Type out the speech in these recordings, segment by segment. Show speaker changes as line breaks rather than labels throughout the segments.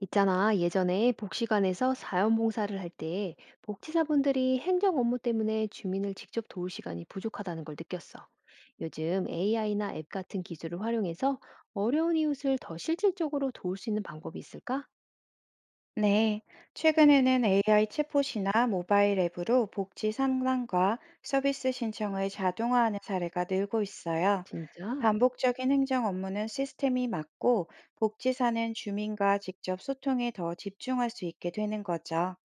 있잖아, 예전에 복지관에서 자원봉사를 할 때 복지사분들이 행정 업무 때문에 주민을 직접 도울 시간이 부족하다는 걸 느꼈어. 요즘 AI나 앱 같은 기술을 활용해서 어려운 이웃을 더 실질적으로 도울 수 있는 방법이 있을까?
네, 최근에는 AI 챗봇이나 모바일 앱으로 복지 상담과 서비스 신청을 자동화하는 사례가 늘고 있어요.
진짜?
반복적인 행정 업무는 시스템이 맡고 복지사는 주민과 직접 소통에 더 집중할 수 있게 되는 거죠.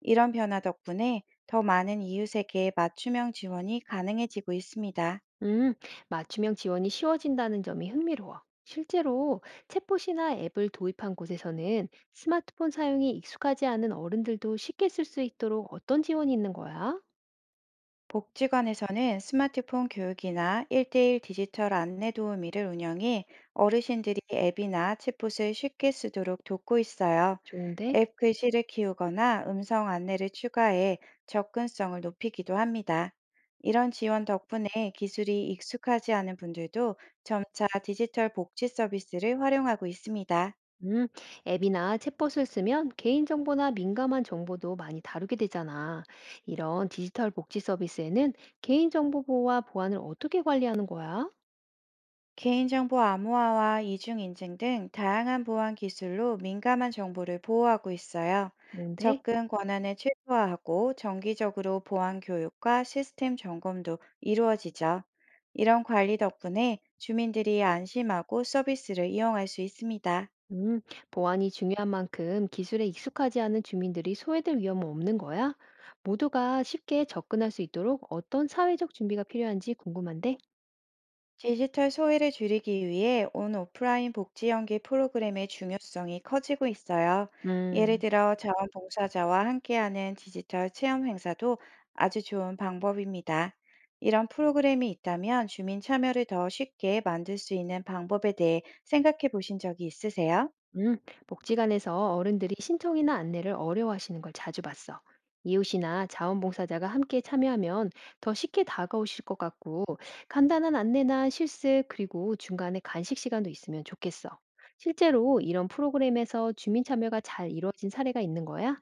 이런 변화 덕분에 더 많은 이웃에게 맞춤형 지원이 가능해지고 있습니다.
음, 맞춤형 지원이 쉬워진다는 점이 흥미로워. 실제로 챗봇이나 앱을 도입한 곳에서는 스마트폰 사용이 익숙하지 않은 어른들도 쉽게 쓸 수 있도록 어떤 지원이 있는 거야?
복지관에서는 스마트폰 교육이나 1대1 디지털 안내 도우미를 운영해 어르신들이 앱이나 챗봇을 쉽게 쓰도록 돕고 있어요.
좋은데?
앱 글씨를 키우거나 음성 안내를 추가해 접근성을 높이기도 합니다. 이런 지원 덕분에 기술이 익숙하지 않은 분들도 점차 디지털 복지 서비스를 활용하고 있습니다.
음, 앱이나 챗봇을 쓰면 개인정보나 민감한 정보도 많이 다루게 되잖아. 이런 디지털 복지 서비스에는 개인정보 보호와 보안을 어떻게 관리하는 거야?
개인정보 암호화와 이중인증 등 다양한 보안 기술로 민감한 정보를 보호하고 있어요.
좋은데?
접근 권한을 최소화하고 정기적으로 보안 교육과 시스템 점검도 이루어지죠. 이런 관리 덕분에 주민들이 안심하고 서비스를 이용할 수 있습니다.
음, 보안이 중요한 만큼 기술에 익숙하지 않은 주민들이 소외될 위험은 없는 거야? 모두가 쉽게 접근할 수 있도록 어떤 사회적 준비가 필요한지 궁금한데?
디지털 소외를 줄이기 위해 온 오프라인 복지 연계 프로그램의 중요성이 커지고 있어요. 예를
음.
들어 자원봉사자와 함께하는 디지털 체험 행사도 아주 좋은 방법입니다. 이런 프로그램이 있다면 주민 참여를 더 쉽게 만들 수 있는 방법에 대해 생각해 보신 적이 있으세요?
음, 복지관에서 어른들이 신청이나 안내를 어려워하시는 걸 자주 봤어. 이웃이나 자원봉사자가 함께 참여하면 더 쉽게 다가오실 것 같고, 간단한 안내나 실습, 그리고 중간에 간식 시간도 있으면 좋겠어. 실제로 이런 프로그램에서 주민 참여가 잘 이루어진 사례가 있는 거야?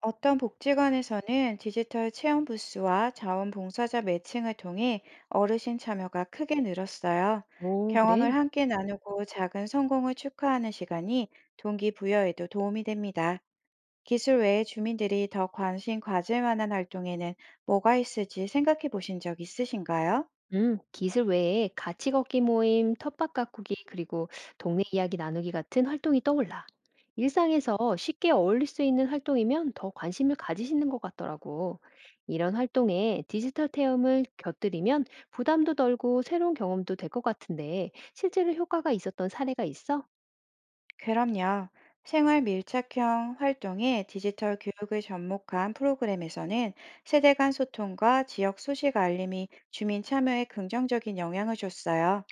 어떤 복지관에서는 디지털 체험 부스와 자원봉사자 매칭을 통해 어르신 참여가 크게 늘었어요.
오,
경험을
그래.
함께 나누고 작은 성공을 축하하는 시간이 동기부여에도 도움이 됩니다. 기술 외에 주민들이 더 관심 가질 만한 활동에는 뭐가 있을지 생각해 보신 적 있으신가요?
기술 외에 같이 걷기 모임, 텃밭 가꾸기, 그리고 동네 이야기 나누기 같은 활동이 떠올라. 일상에서 쉽게 어울릴 수 있는 활동이면 더 관심을 가지시는 것 같더라고. 이런 활동에 디지털 체험을 곁들이면 부담도 덜고 새로운 경험도 될 것 같은데 실제로 효과가 있었던 사례가 있어?
그럼요. 생활 밀착형 활동에 디지털 교육을 접목한 프로그램에서는 세대 간 소통과 지역 소식 알림이 주민 참여에 긍정적인 영향을 줬어요.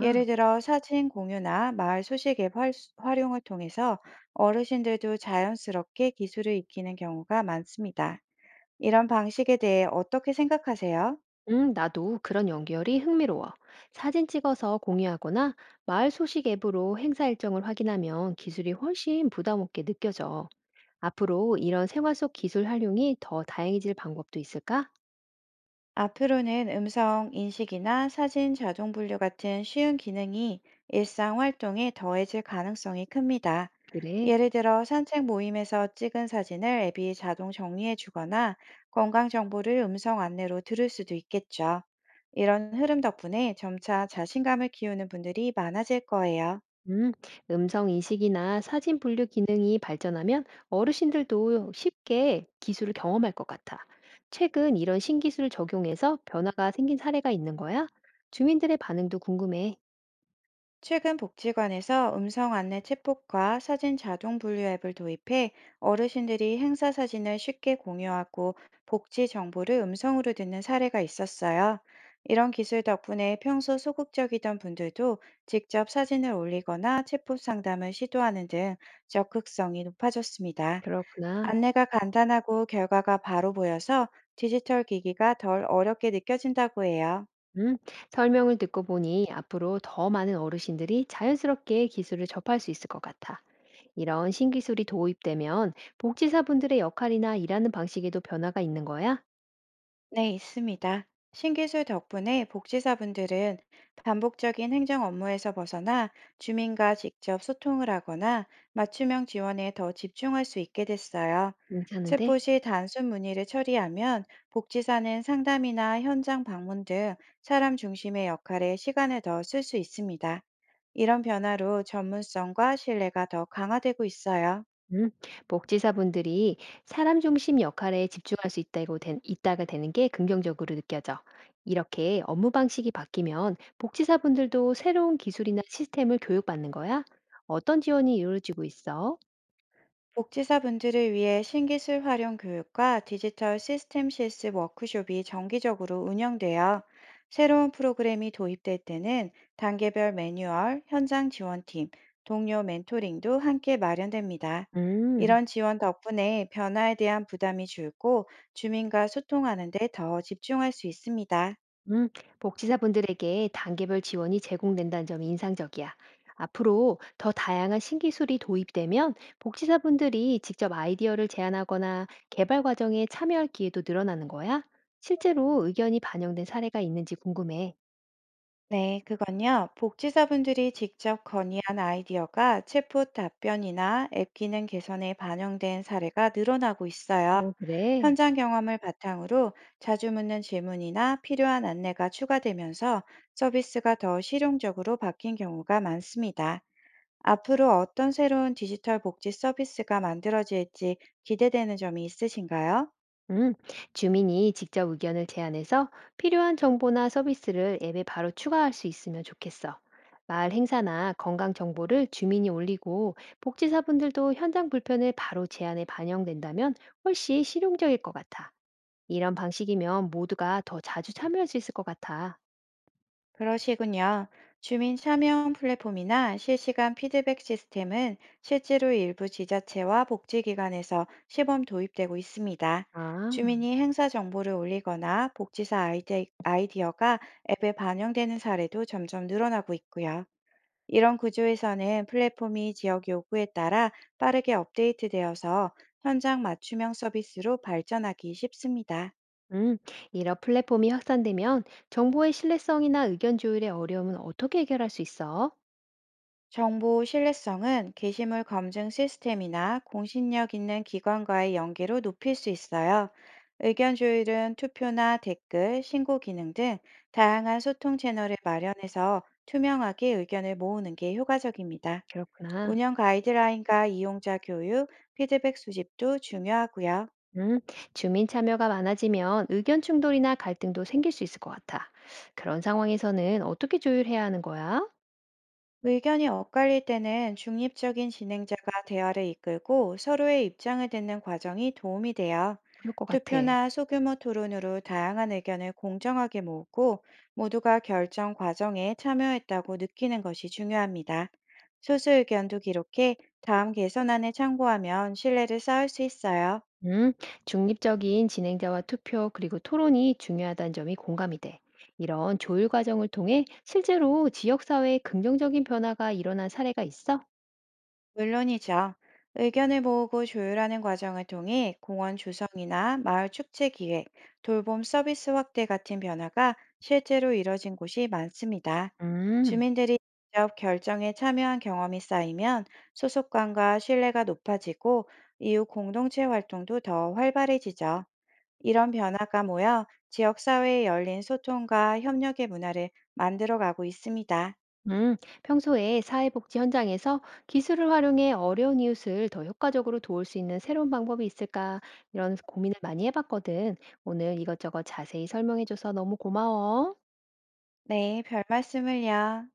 예를 들어 사진 공유나 마을 소식 앱 활용을 통해서 어르신들도 자연스럽게 기술을 익히는 경우가 많습니다. 이런 방식에 대해 어떻게 생각하세요?
나도 그런 연결이 흥미로워. 사진 찍어서 공유하거나 마을 소식 앱으로 행사 일정을 확인하면 기술이 훨씬 부담 없게 느껴져. 앞으로 이런 생활 속 기술 활용이 더 다양해질 방법도 있을까?
앞으로는 음성 인식이나 사진 자동 분류 같은 쉬운 기능이 일상 활동에 더해질 가능성이 큽니다.
그래.
예를 들어 산책 모임에서 찍은 사진을 앱이 자동 정리해 주거나 건강 정보를 음성 안내로 들을 수도 있겠죠. 이런 흐름 덕분에 점차 자신감을 키우는 분들이 많아질 거예요.
음, 음성 인식이나 사진 분류 기능이 발전하면 어르신들도 쉽게 기술을 경험할 것 같아. 최근 이런 신기술을 적용해서 변화가 생긴 사례가 있는 거야? 주민들의 반응도 궁금해.
최근 복지관에서 음성 안내 챗봇과 사진 자동 분류 앱을 도입해 어르신들이 행사 사진을 쉽게 공유하고 복지 정보를 음성으로 듣는 사례가 있었어요. 이런 기술 덕분에 평소 소극적이던 분들도 직접 사진을 올리거나 챗봇 상담을 시도하는 등 적극성이 높아졌습니다.
그렇구나.
안내가 간단하고 결과가 바로 보여서 디지털 기기가 덜 어렵게 느껴진다고 해요.
음, 설명을 듣고 보니 앞으로 더 많은 어르신들이 자연스럽게 기술을 접할 수 있을 것 같아. 이런 신기술이 도입되면 복지사분들의 역할이나 일하는 방식에도 변화가 있는 거야?
네, 있습니다. 신기술 덕분에 복지사분들은 반복적인 행정 업무에서 벗어나 주민과 직접 소통을 하거나 맞춤형 지원에 더 집중할 수 있게 됐어요.
괜찮은데?
챗봇이 단순 문의를 처리하면 복지사는 상담이나 현장 방문 등 사람 중심의 역할에 시간을 더 쓸 수 있습니다. 이런 변화로 전문성과 신뢰가 더 강화되고 있어요.
음. 복지사분들이 사람 중심 역할에 집중할 수 있다고 있다가 되는 게 긍정적으로 느껴져. 이렇게 업무 방식이 바뀌면 복지사분들도 새로운 기술이나 시스템을 교육받는 거야? 어떤 지원이 이루어지고 있어?
복지사분들을 위해 신기술 활용 교육과 디지털 시스템 실습 워크숍이 정기적으로 운영되어 새로운 프로그램이 도입될 때는 단계별 매뉴얼, 현장 지원팀, 동료 멘토링도 함께 마련됩니다.
음.
이런 지원 덕분에 변화에 대한 부담이 줄고 주민과 소통하는 데 더 집중할 수 있습니다.
음, 복지사분들에게 단계별 지원이 제공된다는 점이 인상적이야. 앞으로 더 다양한 신기술이 도입되면 복지사분들이 직접 아이디어를 제안하거나 개발 과정에 참여할 기회도 늘어나는 거야? 실제로 의견이 반영된 사례가 있는지 궁금해.
네, 그건요. 복지사분들이 직접 건의한 아이디어가 챗봇 답변이나 앱 기능 개선에 반영된 사례가 늘어나고 있어요.
어, 그래.
현장 경험을 바탕으로 자주 묻는 질문이나 필요한 안내가 추가되면서 서비스가 더 실용적으로 바뀐 경우가 많습니다. 앞으로 어떤 새로운 디지털 복지 서비스가 만들어질지 기대되는 점이 있으신가요?
음, 주민이 직접 의견을 제안해서 필요한 정보나 서비스를 앱에 바로 추가할 수 있으면 좋겠어. 마을 행사나 건강 정보를 주민이 올리고 복지사분들도 현장 불편을 바로 제안에 반영된다면 훨씬 실용적일 것 같아. 이런 방식이면 모두가 더 자주 참여할 수 있을 것 같아.
그러시군요. 주민 참여 플랫폼이나 실시간 피드백 시스템은 실제로 일부 지자체와 복지기관에서 시범 도입되고 있습니다.
아,
주민이 행사 정보를 올리거나 복지사 아이디어가 앱에 반영되는 사례도 점점 늘어나고 있고요. 이런 구조에서는 플랫폼이 지역 요구에 따라 빠르게 업데이트되어서 현장 맞춤형 서비스로 발전하기 쉽습니다.
음, 이런 플랫폼이 확산되면 정보의 신뢰성이나 의견 조율의 어려움은 어떻게 해결할 수 있어?
정보 신뢰성은 게시물 검증 시스템이나 공신력 있는 기관과의 연계로 높일 수 있어요. 의견 조율은 투표나 댓글, 신고 기능 등 다양한 소통 채널을 마련해서 투명하게 의견을 모으는 게 효과적입니다.
그렇구나.
운영 가이드라인과 이용자 교육, 피드백 수집도 중요하고요.
음, 주민 참여가 많아지면 의견 충돌이나 갈등도 생길 수 있을 것 같아. 그런 상황에서는 어떻게 조율해야 하는 거야?
의견이 엇갈릴 때는 중립적인 진행자가 대화를 이끌고 서로의 입장을 듣는 과정이 도움이 돼요.
그럴 것 같아.
투표나 소규모 토론으로 다양한 의견을 공정하게 모으고 모두가 결정 과정에 참여했다고 느끼는 것이 중요합니다. 소수 의견도 기록해 다음 개선안에 참고하면 신뢰를 쌓을 수 있어요.
음, 중립적인 진행자와 투표 그리고 토론이 중요하다는 점이 공감이 돼. 이런 조율 과정을 통해 실제로 지역사회에 긍정적인 변화가 일어난 사례가 있어?
물론이죠. 의견을 모으고 조율하는 과정을 통해 공원 조성이나 마을 축제 기획, 돌봄 서비스 확대 같은 변화가 실제로 이뤄진 곳이 많습니다.
음.
주민들이 직접 결정에 참여한 경험이 쌓이면 소속감과 신뢰가 높아지고 이후 공동체 활동도 더 활발해지죠. 이런 변화가 모여 지역사회의 열린 소통과 협력의 문화를 만들어 가고 있습니다.
음, 평소에 사회복지 현장에서 기술을 활용해 어려운 이웃을 더 효과적으로 도울 수 있는 새로운 방법이 있을까? 이런 고민을 많이 해봤거든. 오늘 이것저것 자세히 설명해줘서 너무 고마워.
네, 별 말씀을요.